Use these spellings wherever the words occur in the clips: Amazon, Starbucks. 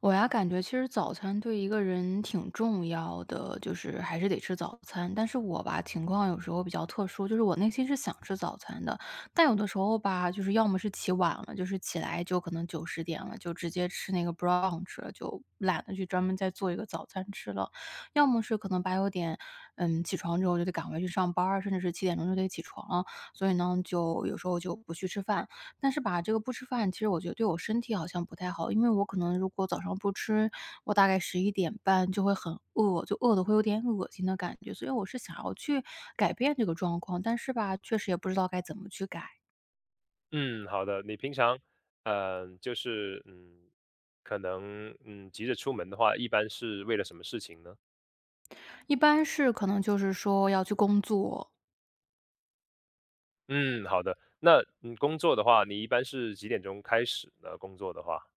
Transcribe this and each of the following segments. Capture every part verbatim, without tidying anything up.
我呀，感觉其实早餐对一个人挺重要的，就是还是得吃早餐。但是我吧，情况有时候比较特殊，就是我内心是想吃早餐的，但有的时候吧，就是要么是起晚了，就是起来就可能九十点了，就直接吃那个 brunch 了，就懒得去专门再做一个早餐吃了；要么是可能八九点，嗯，起床之后就得赶回去上班儿甚至是七点钟就得起床了。所以呢，就有时候就不去吃饭。但是吧，这个不吃饭，其实我觉得对我身体好像不太好，因为我可能如果早上不吃，我大概十一点半就会很饿，就饿的会有点恶心的感觉，所以我是想要去改变这个状况，但是吧，确实也不知道该怎么去改。嗯，好的。你平常，嗯就是，嗯，可能，嗯，急着出门的话，一般是为了什么事情呢？一般是可能就是说要去工作，嗯，好的。那嗯，工作的话，你一般是几点钟开始呢？工作的话，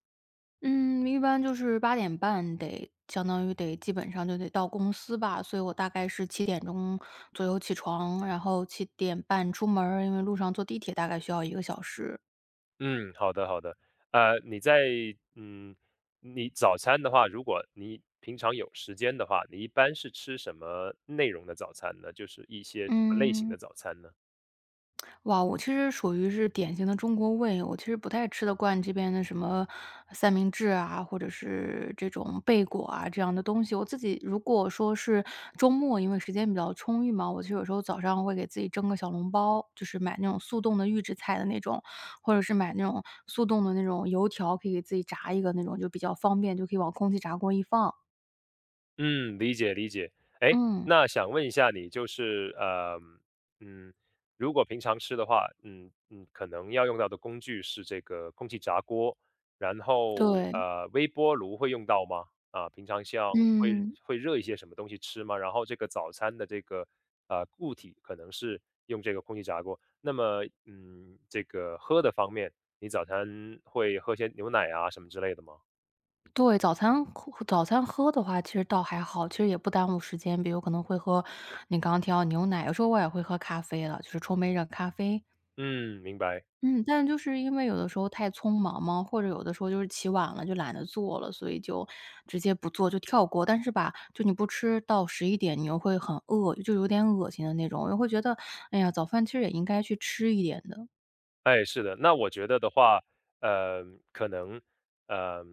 嗯，一般就是八点半得相当于得基本上就得到公司吧，所以我大概是七点钟左右起床，然后七点半出门儿，因为路上坐地铁大概需要一个小时。嗯，好的，好的。呃，你在，嗯，你早餐的话，如果你平常有时间的话，你一般是吃什么内容的早餐呢？就是一些什么类型嗯。的早餐呢？哇，我其实属于是典型的中国胃，我其实不太吃得惯这边的什么三明治啊，或者是这种贝果啊这样的东西。我自己如果说是周末，因为时间比较充裕嘛，我其实有时候早上会给自己蒸个小笼包，就是买那种速冻的预制菜的那种，或者是买那种速冻的那种油条，可以给自己炸一个那种，就比较方便，就可以往空气炸锅一放。嗯，理解理解。哎，嗯，那想问一下你，就是呃，嗯，如果平常吃的话，嗯嗯，可能要用到的工具是这个空气炸锅，然后对，呃，微波炉会用到吗？啊，平常像会嗯。会热一些什么东西吃吗？然后这个早餐的这个呃固体可能是用这个空气炸锅。那么嗯，这个喝的方面，你早餐会喝些牛奶啊什么之类的吗？对，早餐喝早餐喝的话，其实倒还好，其实也不耽误时间。比如可能会喝你刚刚提到牛奶，有时候我也会喝咖啡了，就是冲杯热咖啡。嗯，明白。嗯，但就是因为有的时候太匆忙嘛，或者有的时候就是起晚了，就懒得做了，所以就直接不做，就跳过。但是吧，就你不吃到十一点，你又会很饿，就有点恶心的那种，又会觉得，哎呀，早饭其实也应该去吃一点的。哎，是的，那我觉得的话，呃，可能，呃，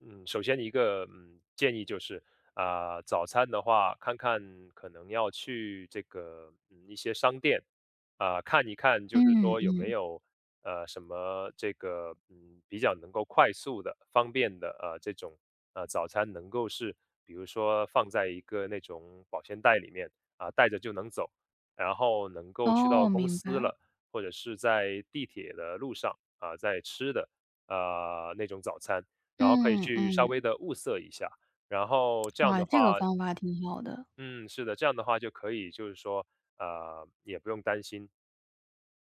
嗯，首先一个嗯建议就是，啊、早餐的话，看看可能要去这个嗯一些商店，啊、看一看，就是嗯说有没嗯，有呃什么这个嗯比较能够快速的、方便的呃这种呃早餐能够是，比如说放在一个那种保鲜袋里面啊、带着就能走，然后能够去到哦，公明司白。了。或者是在地铁的路上啊，在吃的，啊那种早餐，然后可以嗯去稍微嗯，的物色一下。然后这样哇，的这个话方法挺好的。嗯，是的，这样的话就可以就是说，呃，也不用担心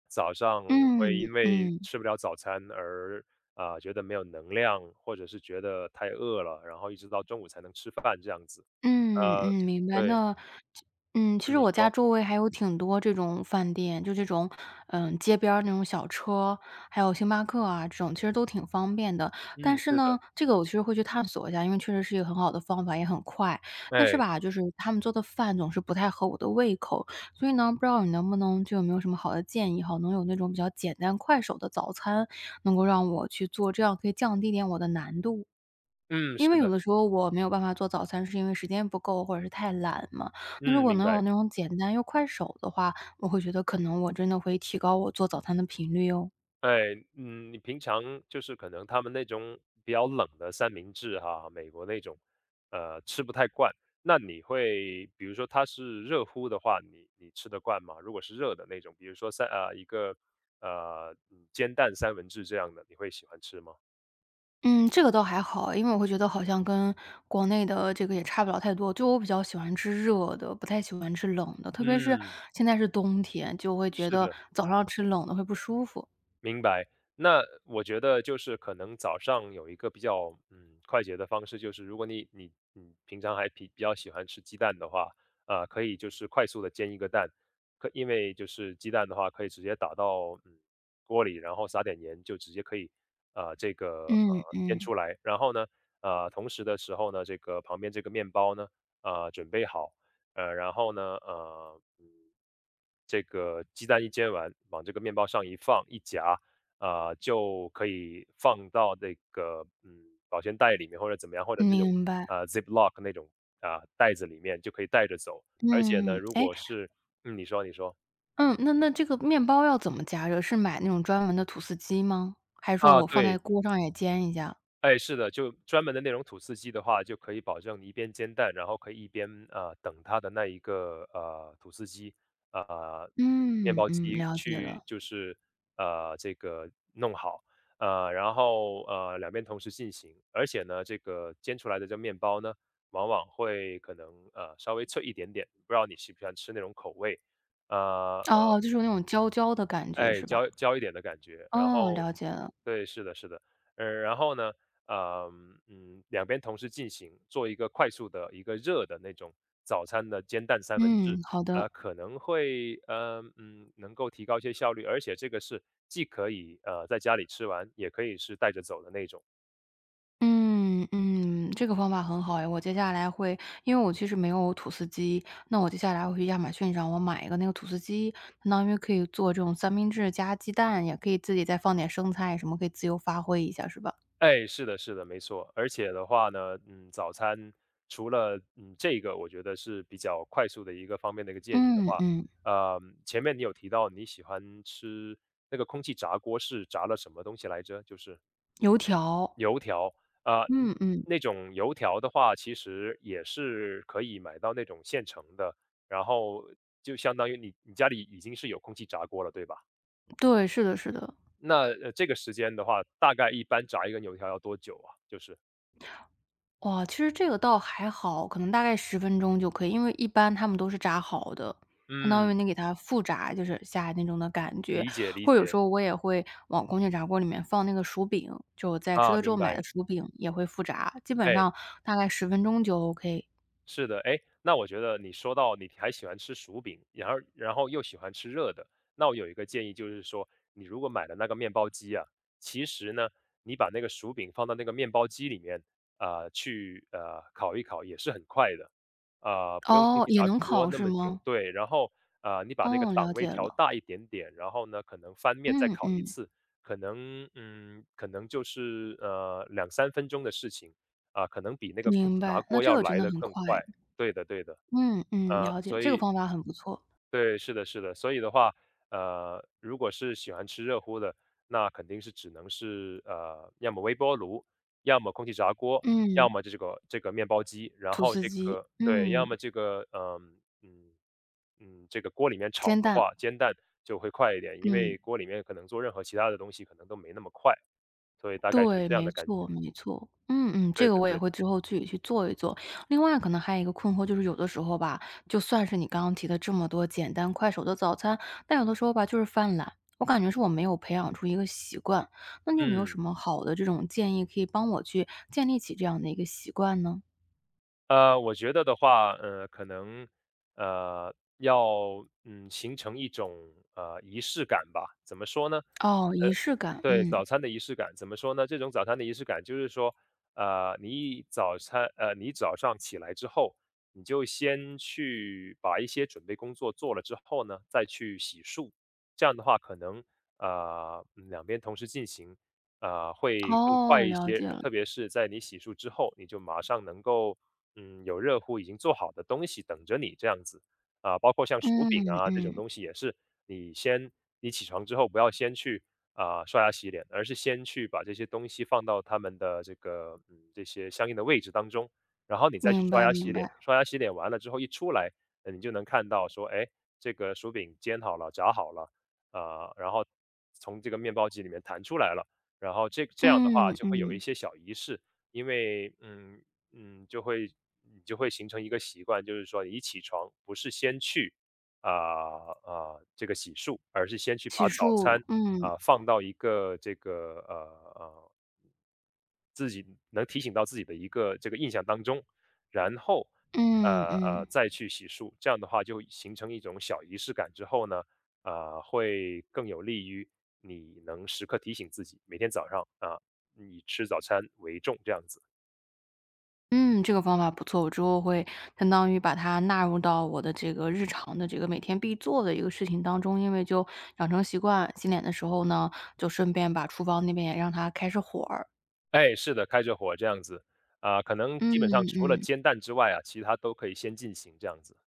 早上会嗯，因为嗯，吃不了早餐而，啊，觉得没有能量，或者是觉得太饿了，然后一直到中午才能吃饭这样子。嗯，呃，嗯，明白。对，那嗯，其嗯实你我家说，周围还有挺多这种饭店，就这种，嗯，街边儿那种小车，还有星巴克啊这种，其实都挺方便的。嗯，但是是呢，的，这个我其实会去探索一下，因为确实是一个很好的方法，也很快。但是哎，吧，就是他们做的饭总是不太合我的胃口，所以呢，不知道你能不能就有没有什么好的建议哈，能有那种比较简单快手的早餐，能够让我去做，这样可以降低点我的难度。嗯，因是为有的，的时候我没有办法做早餐，是因为时间不够或者是太懒嘛。那如嗯，果明能白。有那种简单又快手的话，我会觉得可能我真的会提高我做早餐的频率哦。哎，嗯，你平常就是可能他们那种比较冷的三明治哈，美国那种，呃，吃不太惯。那你会，比如说它是热乎的话，你你吃得惯吗？如果是热的那种，比如说三呃一个呃嗯煎蛋三文治这样的，你会喜欢吃吗？嗯，这个倒还好，因为我会觉得好像跟国内的这个也差不了太多。就我比较喜欢吃热的，不太喜欢吃冷的，特别是嗯，现在是冬天，就会觉是得的。早上吃冷的会不舒服。明白，那我觉得就是可能早上有一个比较嗯快捷的方式，就是如果你你你平常还比比较喜欢吃鸡蛋的话，呃，可以就是快速的煎一个蛋，可因为就是鸡蛋的话可以直接打到嗯锅里，然后撒点盐就直接可以呃这个嗯呃煎嗯，出来，然后呢呃同时的时候呢，这个旁边这个面包呢呃准备好，呃，然后呢，呃，嗯，这个鸡蛋一煎完，往这个面包上一放一夹，啊、就可以放到那个嗯保鲜袋里面或者怎么样，或者那种明白。呃 Ziploc 那种啊、袋子里面就可以带着走。而且呢，嗯，如哎。果是嗯你说你说嗯，那那这个面包要怎么加热？是买那种专门的吐司机吗？还是说啊，我放在对，锅上也煎一下？哎，是的，就专门的那种吐司机的话，就可以保证你一边煎蛋，然后可以一边呃等它的那一个呃吐司机呃嗯面嗯，包嗯，机了解去了。就是呃这个弄好，呃然后呃两边同时进行，而且呢这个煎出来的这面包呢，往往会可能呃稍微脆一点点，不知道你喜不喜欢吃那种口味，呃哦，呃就是有那种焦焦的感觉哎是吧？焦焦一点的感觉，然哦，后。了解了。对，是的，是的。呃，然后呢，呃，嗯，两边同时进行做一个快速的一个热的那种早餐的煎蛋三文治，嗯，好的。呃，可能会，呃，嗯，能够提高一些效率，而且这个是既可以呃在家里吃完，也可以是带着走的那种。嗯，嗯，这个方法很好哎。我接下来会，因为我其实没有吐司机，那我接下来会去亚马逊上我买一个那个吐司机，相当于可以做这种三明治加鸡蛋，也可以自己再放点生菜什么，可以自由发挥一下是吧？哎，是的，是的，没错。而且的话呢，嗯，早餐除了嗯这个，我觉得是比较快速的一个方面的一个建议的嗯，话，嗯，呃，前面你有提到你喜欢吃那个空气炸锅是炸了什么东西来着？就是油条，油条啊，呃嗯嗯嗯。那种油条的话，其实也是可以买到那种现成的，然后就相当于你你家里已经是有空气炸锅了，对吧？对，是的，是的。那呃这个时间的话，大概一般炸一根油条要多久啊？就是。哇，其实这个倒还好，可能大概十分钟就可以，因为一般他们都是炸好的，相当于嗯，你给它复炸，就是下那种的感觉。理解理或者有时解，候我也会往空气炸锅里面放那个薯饼，就我在吃啊，的之后明买的白。薯饼也会复炸，基本哎，上大概十分钟就 OK。是的，哎，那我觉得你说到你还喜欢吃薯饼，然后然后又喜欢吃热的，那我有一个建议就是说，你如果买了那个面包机啊，其实呢，你把那个薯饼放到那个面包机里面，啊、呃去呃烤一烤也是很快的，啊、不用空哦，气也炸能锅烤那是么久，吗？对。然后啊、呃你把那个哦，档了位解调了。大一点点，然后呢，可能翻面再嗯烤一嗯，次，可能嗯，可能就是呃两三分钟的事情。啊，可能比那个空明气炸白，那锅这要个真来的得很更快。快。对的对的，嗯嗯，呃，了解，所这个以方法很不错。对，是的是的，所以的话，呃，如果是喜欢吃热乎的，那肯定是只能是，呃，要么微波炉，要么空气炸锅，要嗯，么这个这个面包机，然吐后司这机，个对，要嗯，么这个，嗯嗯，嗯，这个锅里面炒煎的蛋，话，煎蛋就会快一点，因嗯。为锅里面可能做任何其他的东西可能都没那么快，所以大概是对，这样没的感错觉。没错。嗯嗯，这对个的我也对的，会之后自己去做一做。另外可能还有一个困惑就是有的时候吧，就算是你刚刚提的这么多简单快手的早餐，但有的时候吧就是犯懒，我感觉是我没有培养出一个习惯。那你有没有什嗯。么好的这种建议可以帮我去建立起这样的一个习惯呢？呃，我觉得的话，呃，可能，呃，要，嗯，形成一种，呃，仪式感吧。怎么说呢？哦，呃。仪式感，对，嗯。早餐的仪式感，怎么说呢？这种早餐的仪式感就是说，呃，你早餐，呃，你早上起来之后，你就先去把一些准备工作做了之后呢，再去洗漱。这样的话，可能呃嗯两边同时进行，呃，会更快哦，一了些。解了。特别是在你洗漱之后，你就马上能够，嗯，有热乎已经做好的东西等着你这样子。啊、包括像薯饼嗯啊这种嗯，东西也是，你先你起床之后不要先去啊、刷牙洗脸，而是先去把这些东西放到他们的这个嗯这些相应的位置当中，然后你再去明刷白牙明洗脸。白。刷牙洗脸完了之后一出来，呃你就能看到说，哎，这个薯饼煎好了，炸好了，啊、然后从这个面包机里面弹出来了。然后这这样的话嗯就会有一嗯，些小仪式，因为嗯嗯就会你就会形成一个习惯，就是说你一起床不是先去啊啊、这个洗漱，而是先去洗把早漱，餐嗯，啊，放到一个这个呃呃自己能提醒到自己的一个这个印象当中，然后嗯呃呃嗯。再去洗漱，这样的话就形成一种小仪式感之后呢，呃会更有利于你能时刻提醒自己，每天早上啊、以吃早餐为重这样子。嗯，这个方法不错，我之后会相当于把它纳入到我的这个日常的这个每天必做的一个事情当中，因为就养成习惯，洗脸的时候呢，就顺便把厨房那边也让它开始火儿。哎，是的，开着火这样子啊、可能嗯基本上除了嗯，煎蛋之外啊，其他都可以先进行这样子。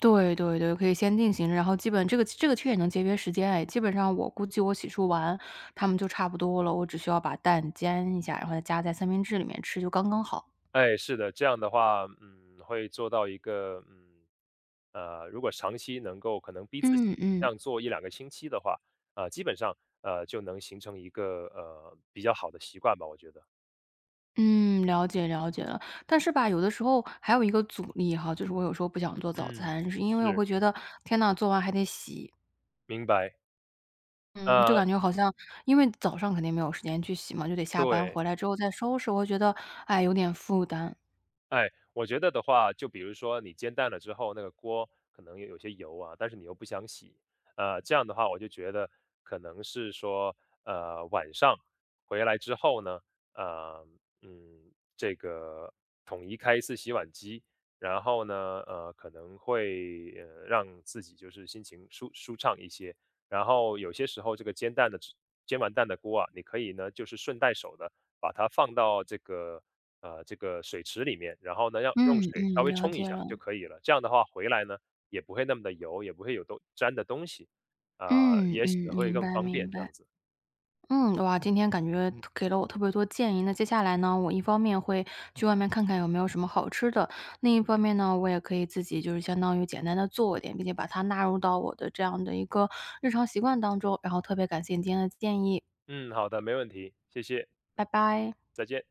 对对对，可以先定型，然后基本这个这个其实也能节约时间哎，基本上我估计我洗漱完，它们就差不多了，我只需要把蛋煎一下，然后再加在三明治里面吃就刚刚好。哎，是的，这样的话，嗯，会做到一个，嗯，呃，如果长期能够可能逼自己嗯这嗯。样做一两个星期的话，啊，基本上，呃，就能形成一个，呃，比较好的习惯吧，我觉得。嗯，了解了解了。但是吧，有的时候还有一个阻力哈，就是我有时候不想做早嗯，餐，是因为我是，会觉得天呐，做完还得洗，明白，嗯，就呃，感觉好像因为早上肯定没有时间去洗嘛，就得下班对。回来之后再收拾，我会觉得哎有点负担。哎，我觉得的话，就比如说你煎蛋了之后，那个锅可能有有些油啊，但是你又不想洗，呃，这样的话，我就觉得可能是说，呃，晚上回来之后呢，呃，嗯，这个统一开一次洗碗机，然后呢，呃，可能会呃让自己就是心情舒舒畅一些，然后有些时候这个煎蛋的煎完蛋的锅啊，你可以呢就是顺带手的把它放到这个呃，这个水池里面，然后呢，要用嗯水稍嗯，微了冲一解下了，就可以了。这样的话回来呢，也不会那么的油，也不会有东粘的东西，啊、嗯也嗯，洗的会明更白方明便这样白。子。嗯，哇，今天感觉给了我特别多建议。那接下来呢，我一方面会去外面看看有没有什么好吃的，另一方面呢，我也可以自己就是相当于简单的做一点，并且把它纳入到我的这样的一个日常习惯当中。然后特别感谢你今天的建议，嗯，好的，没问题，谢谢，拜拜。再见。